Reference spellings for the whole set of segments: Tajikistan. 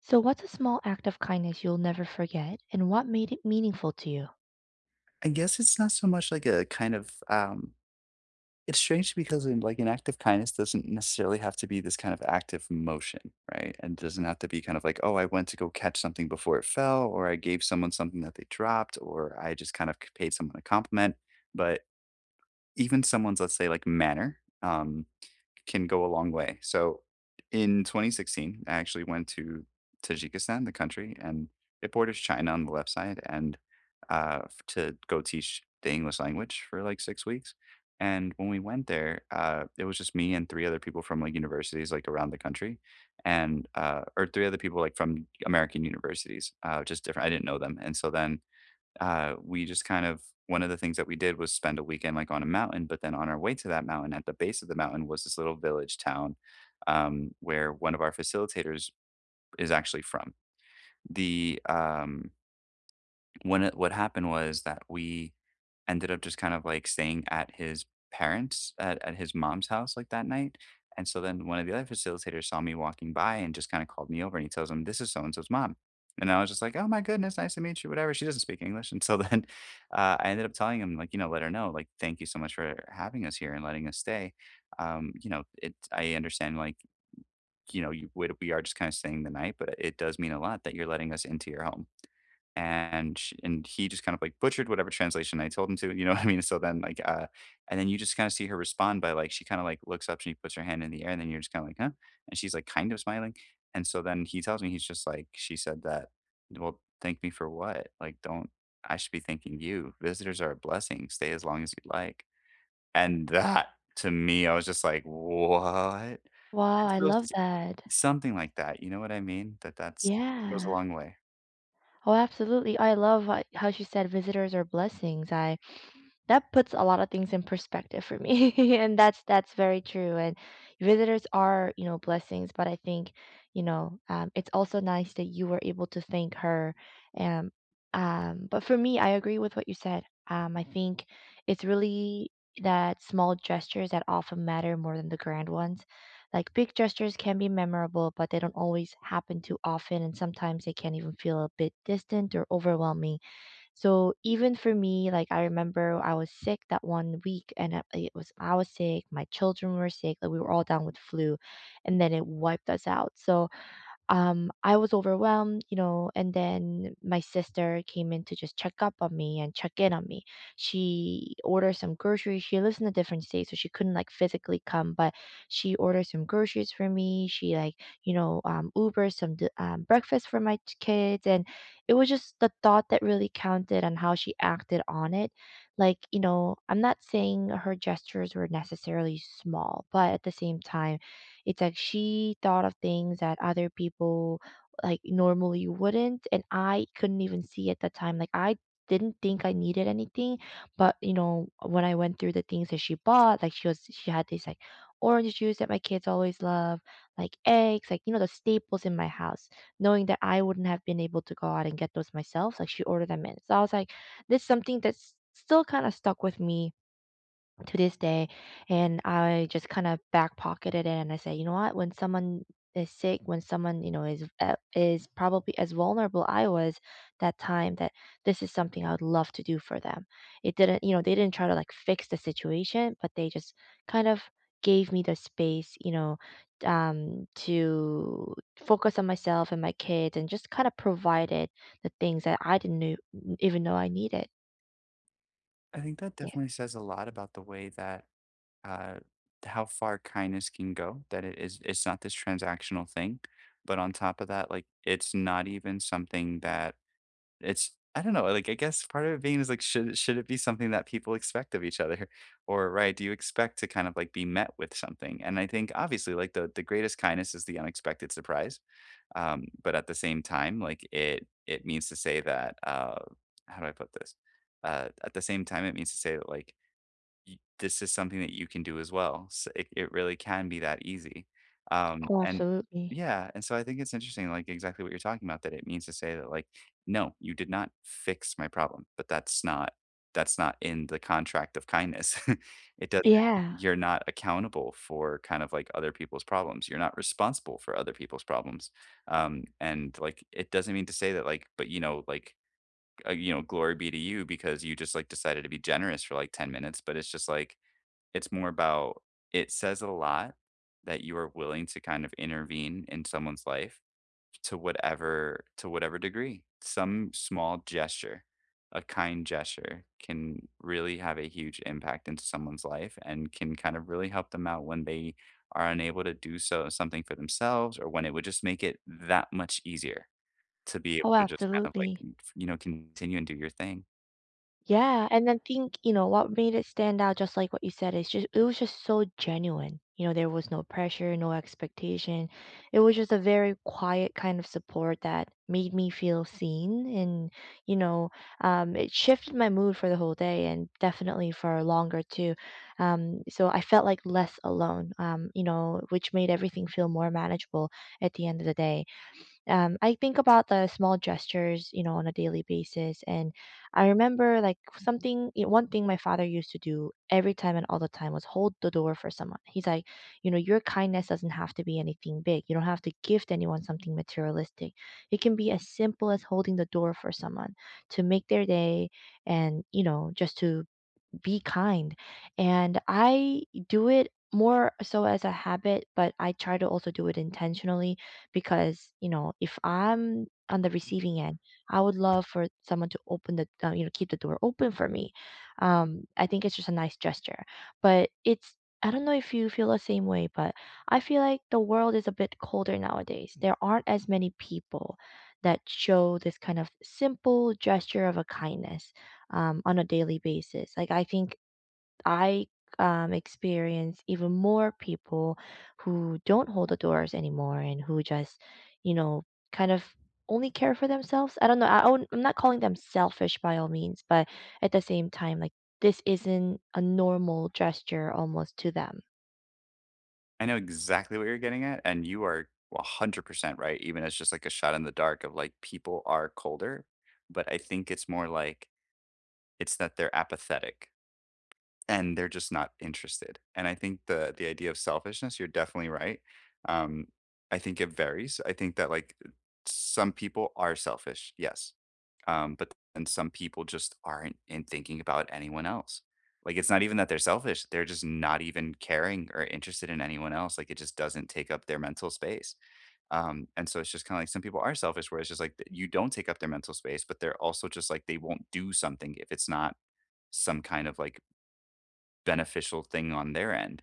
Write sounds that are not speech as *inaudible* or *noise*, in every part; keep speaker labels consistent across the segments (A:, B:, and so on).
A: So, what's a small act of kindness you'll never forget, and what made it meaningful to you?
B: I guess it's not so much like a kind of, it's strange because in like an act of kindness doesn't necessarily have to be this kind of active motion, right? And doesn't have to be kind of like, oh, I went to go catch something before it fell, or I gave someone something that they dropped, or I just kind of paid someone a compliment. But even someone's, let's say, like manner, can go a long way. So in 2016, I actually went to Tajikistan, the country, and it borders China on the left side, and to go teach the English language for like 6 weeks. And when we went there, it was just me and three other people from like universities like around the country, and or three other people like from American universities, just different. I didn't know them, and so then we just kind of one of the things that we did was spend a weekend like on a mountain, but then on our way to that mountain, at the base of the mountain was this little village town, where one of our facilitators is actually from. The when it what happened was that we ended up just kind of like staying at his at his mom's house like that night. And so then one of the other facilitators saw me walking by and just kind of called me over, and he tells him, "This is so and so's mom." And I was just like, oh my goodness, nice to meet you, whatever. She doesn't speak English, and so *laughs* then I ended up telling him like, you know, let her know like thank you so much for having us here and letting us stay. You know it I understand like, you know, you would we are just kind of staying the night, but it does mean a lot that you're letting us into your home. And sh and he just kind of, like, butchered whatever translation I told him to, you know *laughs* what I mean? So then, like, and then you just kinda see her respond by, like she kinda, like, looks up, and she puts her hand in the air, and then you're just kinda like, "Huh?" And she's, like, kind of smiling. And so then he tells me, he's just like, "She said that, well, thank me for what? Like, don't, I should be thanking you. Visitors are a blessing. Stay as long as you'd like." And that, to me, I was just like, "What?"
A: Wow,
B: And
A: I
B: so
A: love
B: s
A: that.
B: something like that, you know what I mean? That that's it goes a
A: Yeah.
B: long way.
A: Oh, absolutely. I love how she said visitors are blessings. I that puts a lot of things in perspective for me *laughs* and that's very true and visitors are you know blessings but I think you know it's also nice that you were able to thank her um, but for me I agree with what you said I think it's really that small gestures that often matter more than the grand ones like big gestures can be memorable, but they don't always happen too often, and sometimes they can even feel a bit distant or overwhelming. So even for me, like I remember I was sick that one week, and I- it was I was sick, my children were sick, like we were all down with flu, and then it wiped us out. So I was overwhelmed, you know, and then my sister came in to just check up on me and check in on me. She ordered some groceries. She lives in a different state, so she couldn't like physically come, but she ordered some groceries for me. She like, you know, Uber breakfast for my kids, and it was just the thought that really counted and how she acted on it. Like, you know, I'm not saying her gestures were necessarily small, but at the same time it's like she thought of things that other people like normally wouldn't, and I couldn't even see at the time. Like I didn't think I needed anything, but you know, when I went through the things that she bought, like she had these like orange juice that my kids always love, like eggs, like you know, the staples in my house, knowing that I wouldn't have been able to go out and get those myself. Like she ordered them in. So I was like, this is something that's still kind of stuck with me to this day. And I just kind of back pocketed it and I say, you know what, when someone is sick, when someone, you know, is probably as vulnerable I was that time that this is something I would love to do for them. It didn't, you know, they didn't try to like fix the situation, but they just kind of gave me the space, you know, to focus on myself and my kids and just kind of provided the things that I didn't knew, even know I needed.
B: I think that
A: Yeah.
B: definitely says a lot about the way that, uh, how far kindness can go. That it is, it's not this transactional thing, but on top of that, like it's not even something that it's I don't know, like, I guess part of it being is, like, should it be something that people expect of each other? *laughs* Or, right, do you expect to kind of, like, be met with something? And I think, obviously, like, the greatest kindness is the unexpected surprise, but at the same time, like, it means to say that, how do I put this? At the same time, it means to say that, like, y this is something that you can do as well. So it really can be that easy.
A: Oh,
B: And
A: absolutely.
B: yeah, and so I think it's interesting, like, exactly what you're talking about, that it means to say that, like, "No, you did not fix my problem," but that's not in the contract of kindness. *laughs* It doesn't,
A: Yeah.
B: you're not accountable for kind of, like, other people's problems. You're not responsible for other people's problems. And, like, it doesn't mean to say that, like, but, you know, like, you know, glory be to you because you just, like, decided to be generous for, like, 10 minutes, but it's just like, it's more about, it says a lot that you are willing to kind of intervene in someone's life to whatever degree. Some small gesture, a kind gesture can really have a huge impact into someone's life and can kind of really help them out when they are unable to do something for themselves, or when it would just make it that much easier to be able
A: Oh,
B: to just kind of like,
A: absolutely.
B: you know, continue and do your thing.
A: Yeah, and then think, you know, what made it stand out, just like what you said, is just it was just so genuine. You know, there was no pressure, no expectation. It was just a very quiet kind of support that made me feel seen, and you know, it shifted my mood for the whole day, and definitely for longer too. So I felt like less alone. You know, which made everything feel more manageable at the end of the day. I think about the small gestures, you know, on a daily basis. And I remember like something, one thing my father used to do every time and all the time was hold the door for someone. He's like, you know, your kindness doesn't have to be anything big. You don't have to gift anyone something materialistic. It can be as simple as holding the door for someone to make their day and, you know, just to be kind. And I do it more so as a habit, but I try to also do it intentionally because, you know, if I'm on the receiving end, I would love for someone to open the, you know, keep the door open for me. I think it's just a nice gesture, but I don't know if you feel the same way, but I feel like the world is a bit colder nowadays. There aren't as many people that show this kind of simple gesture of a kindness on a daily basis. Like I think I experience even more people who don't hold the doors anymore and who just, you know, kind of only care for themselves. I don't know. I I'm not calling them selfish by all means, but at the same time, like this isn't a normal gesture almost to them.
B: I know exactly what you're getting at, and you are 100% right, even as just like a shot in the dark of like people are colder, but I think it's more like it's that they're apathetic. And they're just not interested. And I think the idea of selfishness, you're definitely right. Um, I think it varies. I think that like some people are selfish, yes. But then some people just aren't in thinking about anyone else. Like it's not even that they're selfish, they're just not even caring or interested in anyone else. Like it just doesn't take up their mental space. And so it's just kind of like some people are selfish, where it's just like you don't take up their mental space, but they're also just like they won't do something if it's not some kind of like beneficial thing on their end.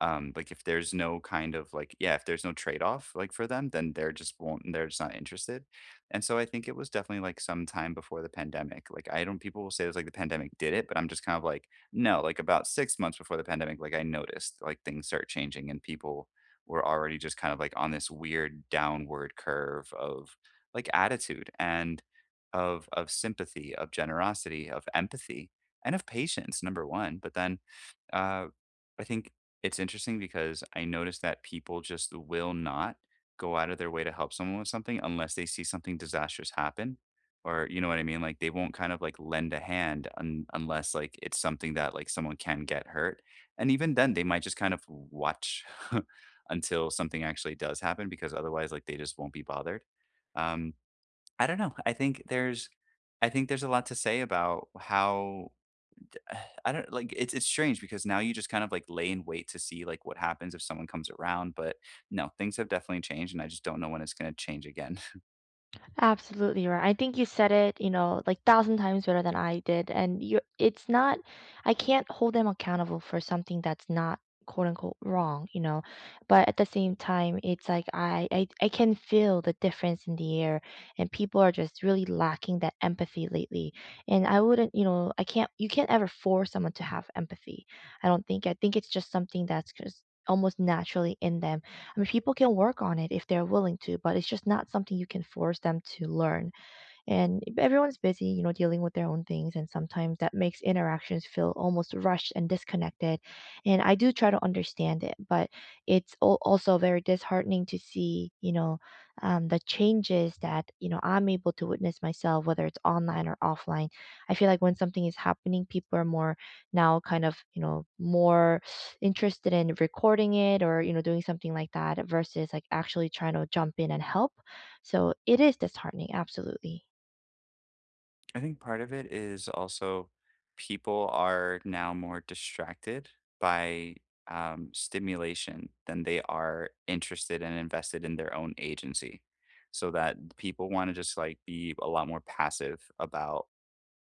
B: Like if there's no kind of like, yeah, if there's no trade-off like for them, then they're just won't, they're just not interested. And so I think it was definitely like some time before the pandemic. Like I don't, people will say it was like the pandemic did it, but I'm just kind of like, no, like about 6 months before the pandemic, like I noticed like things start changing and people were already just kind of like on this weird downward curve of like attitude and of sympathy, of generosity, of empathy, and of patience, number one. But then, uh, I think it's interesting because I noticed that people just will not go out of their way to help someone with something unless they see something disastrous happen. Or you know what I mean? Like they won't kind of like lend a hand unless like it's something that like someone can get hurt. And even then they might just kind of watch *laughs* until something actually does happen because otherwise like they just won't be bothered. Um I don't know. I think there's a lot to say about how I don't, like it's strange because now you just kind of like lay in wait to see like what happens if someone comes around, but no, things have definitely changed and I just don't know when it's going to change again.
A: Absolutely right. I think you said it, you know, like thousand times better than I did. And it's not, I can't hold them accountable for something that's not quote unquote wrong, you know. But at the same time, it's like I can feel the difference in the air, and people are just really lacking that empathy lately. And I wouldn't, you know, I can't, you can't ever force someone to have empathy. I don't think. I think it's just something that's just almost naturally in them. I mean, people can work on it if they're willing to, but it's just not something you can force them to learn and everyone's busy, you know, dealing with their own things, and sometimes that makes interactions feel almost rushed and disconnected. And I do try to understand it, but it's also very disheartening to see, you know, the changes that you know I'm able to witness myself, whether it's online or offline. I feel like when something is happening, people are more now kind of you know more *sniffs* interested in recording it or you know doing something like that versus like actually trying to jump in and help. So it is disheartening, absolutely.
B: *laughs* I think part of it is also people are now more distracted by, stimulation than they are interested and invested in their own agency. So that people want to just like be a lot more passive about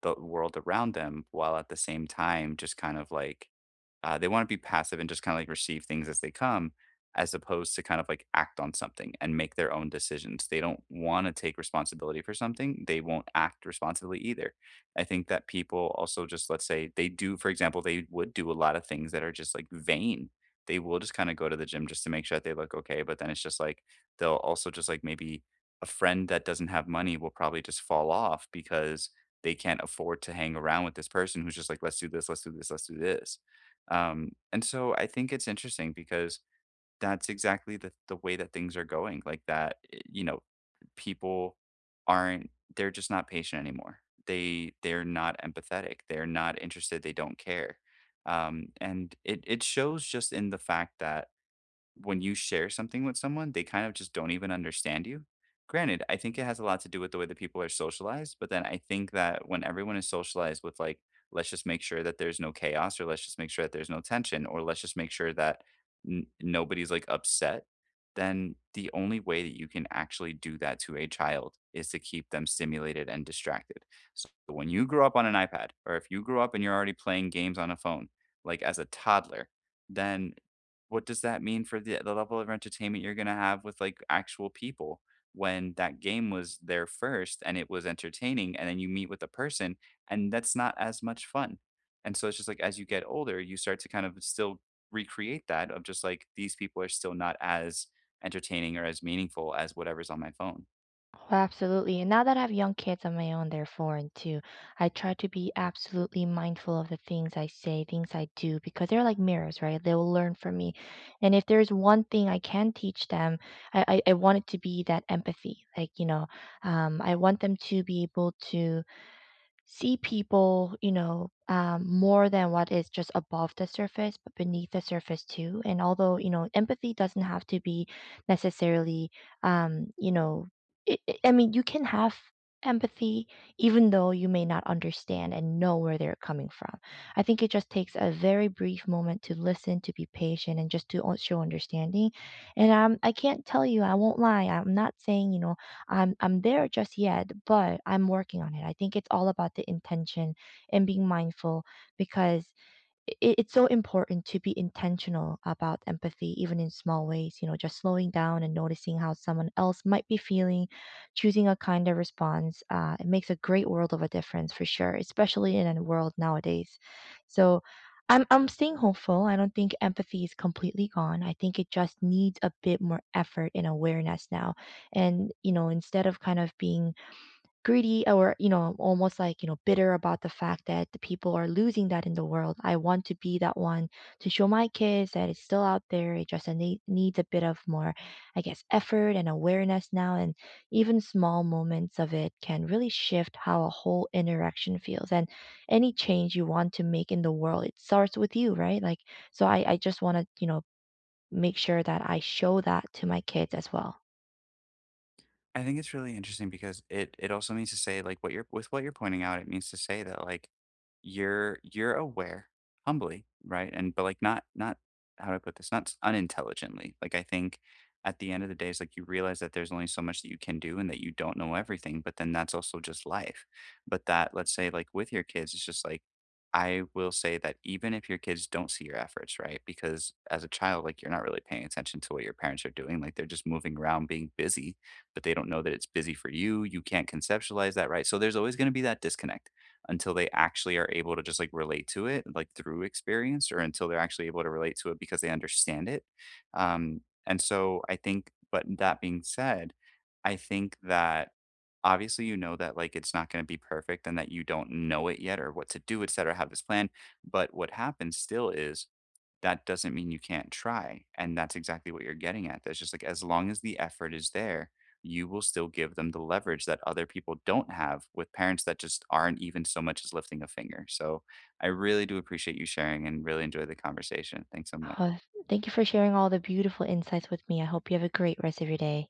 B: the world around them while at the same time just kind of like, they wanna be passive and just kinda, like, receive things as they come, as opposed to kind of, like, act on something and make their own decisions. They don't wanna take responsibility for something, they won't act responsibly either. I think that people also just, let's say, they do for example, they would do a lot of things that are just, like, vain. They will just kinda go to the gym just to make sure that they look okay, but then it's just, like, they'll also just, like, maybe a friend that doesn't have money will probably just fall off because they can't afford to hang around with this person who's just like, "Let's do this, let's do this, let's do this." And so I think it's interesting because that's exactly the way that things are going. Like that, you know, people aren't, they're just not patient anymore. They're not empathetic. They're not interested. They don't care. And it shows just in the fact that when you share something with someone, they kind of just don't even understand you. Granted, I think it has a lot to do with the way that people are socialized, but then I think that when everyone is socialized with like, let's just make sure that there's no chaos, or let's just make sure that there's no tension, or let's just make sure that nobody's like upset, then the only way that you can actually do that to a child is to keep them stimulated and distracted. So when you grow up on an iPad, or if you grow up and you're already playing games on a phone, like as a toddler, then what does that mean for the level of entertainment you're gonna have with, like, actual people when that game was there first and it was entertaining, and then you meet with a person, and that's not as much fun. And so it's just like as you get older, you start to kind of still recreate that of just like, these people are still not as entertaining or as meaningful as whatever's on my phone.
A: Oh, absolutely. And now that I have young kids of my own, they're foreign too. I try to be absolutely mindful of the things I say, things I do, because they're like mirrors, right? They will learn from me. And if there's one thing I can teach them, I want it to be that empathy. Like, you know, I want them to be able to see people, you know, more than what is just above the surface, but beneath the surface too. And although, you know, empathy doesn't have to be necessarily, you know, I mean, you can have empathy even though you may not understand and know where they're coming from. I think it just takes a very brief moment to listen, to be patient, and just to show understanding. And I can't tell you, I won't lie, I'm not saying, you know, I'm there just yet, but I'm working on it. I think it's all about the intention and being mindful because it's so important to be intentional about empathy, even in small ways, you know, just slowing down and noticing how someone else might be feeling, choosing a kinder response. It makes a great world of a difference for sure, especially in a world nowadays. So I'm staying hopeful. I don't think empathy is completely gone. I think it just needs a bit more effort and awareness now. And, you know, instead of kind of being greedy or, you know, almost like, you know, bitter about the fact that the people are losing that in the world. I want to be that one to show my kids that it's still out there. It just needs a bit of more, I guess, effort and awareness now. And even small moments of it can really shift how a whole interaction feels. And any change you want to make in the world, it starts with you, right? Like, so I just want to, you know, make sure that I show that to my kids as well.
B: I think it's really interesting because it also means to say like what you're with what you're pointing out, it means to say that like you're aware humbly, right? And but like not, how do I put this? Not unintelligently. Like I think at the end of the day, it's like you realize that there's only so much that you can do and that you don't know everything, but then that's also just life. But that let's say like with your kids, it's just like I will say that even if your kids don't see your efforts, right? Because as a child, like you're not really paying attention to what your parents are doing. Like they're just moving around, being busy, but they don't know that it's busy for you. You can't conceptualize that, right? So there's always going to be that disconnect until they actually are able to just like relate to it, like through experience, or until they're actually able to relate to it because they understand it. And so I think, but that being said, I think that obviously you know that like it's not going to be perfect and that you don't know it yet or what to do, et cetera, have this plan. But what happens still is that doesn't mean you can't try. And that's exactly what you're getting at. That's just like as long as the effort is there, you will still give them the leverage that other people don't have with parents that just aren't even so much as lifting a finger. So I really do appreciate you sharing and really enjoy the conversation. Thanks so
A: Oh,
B: much.
A: thank you for sharing all the beautiful insights with me. I hope you have a great rest of your day.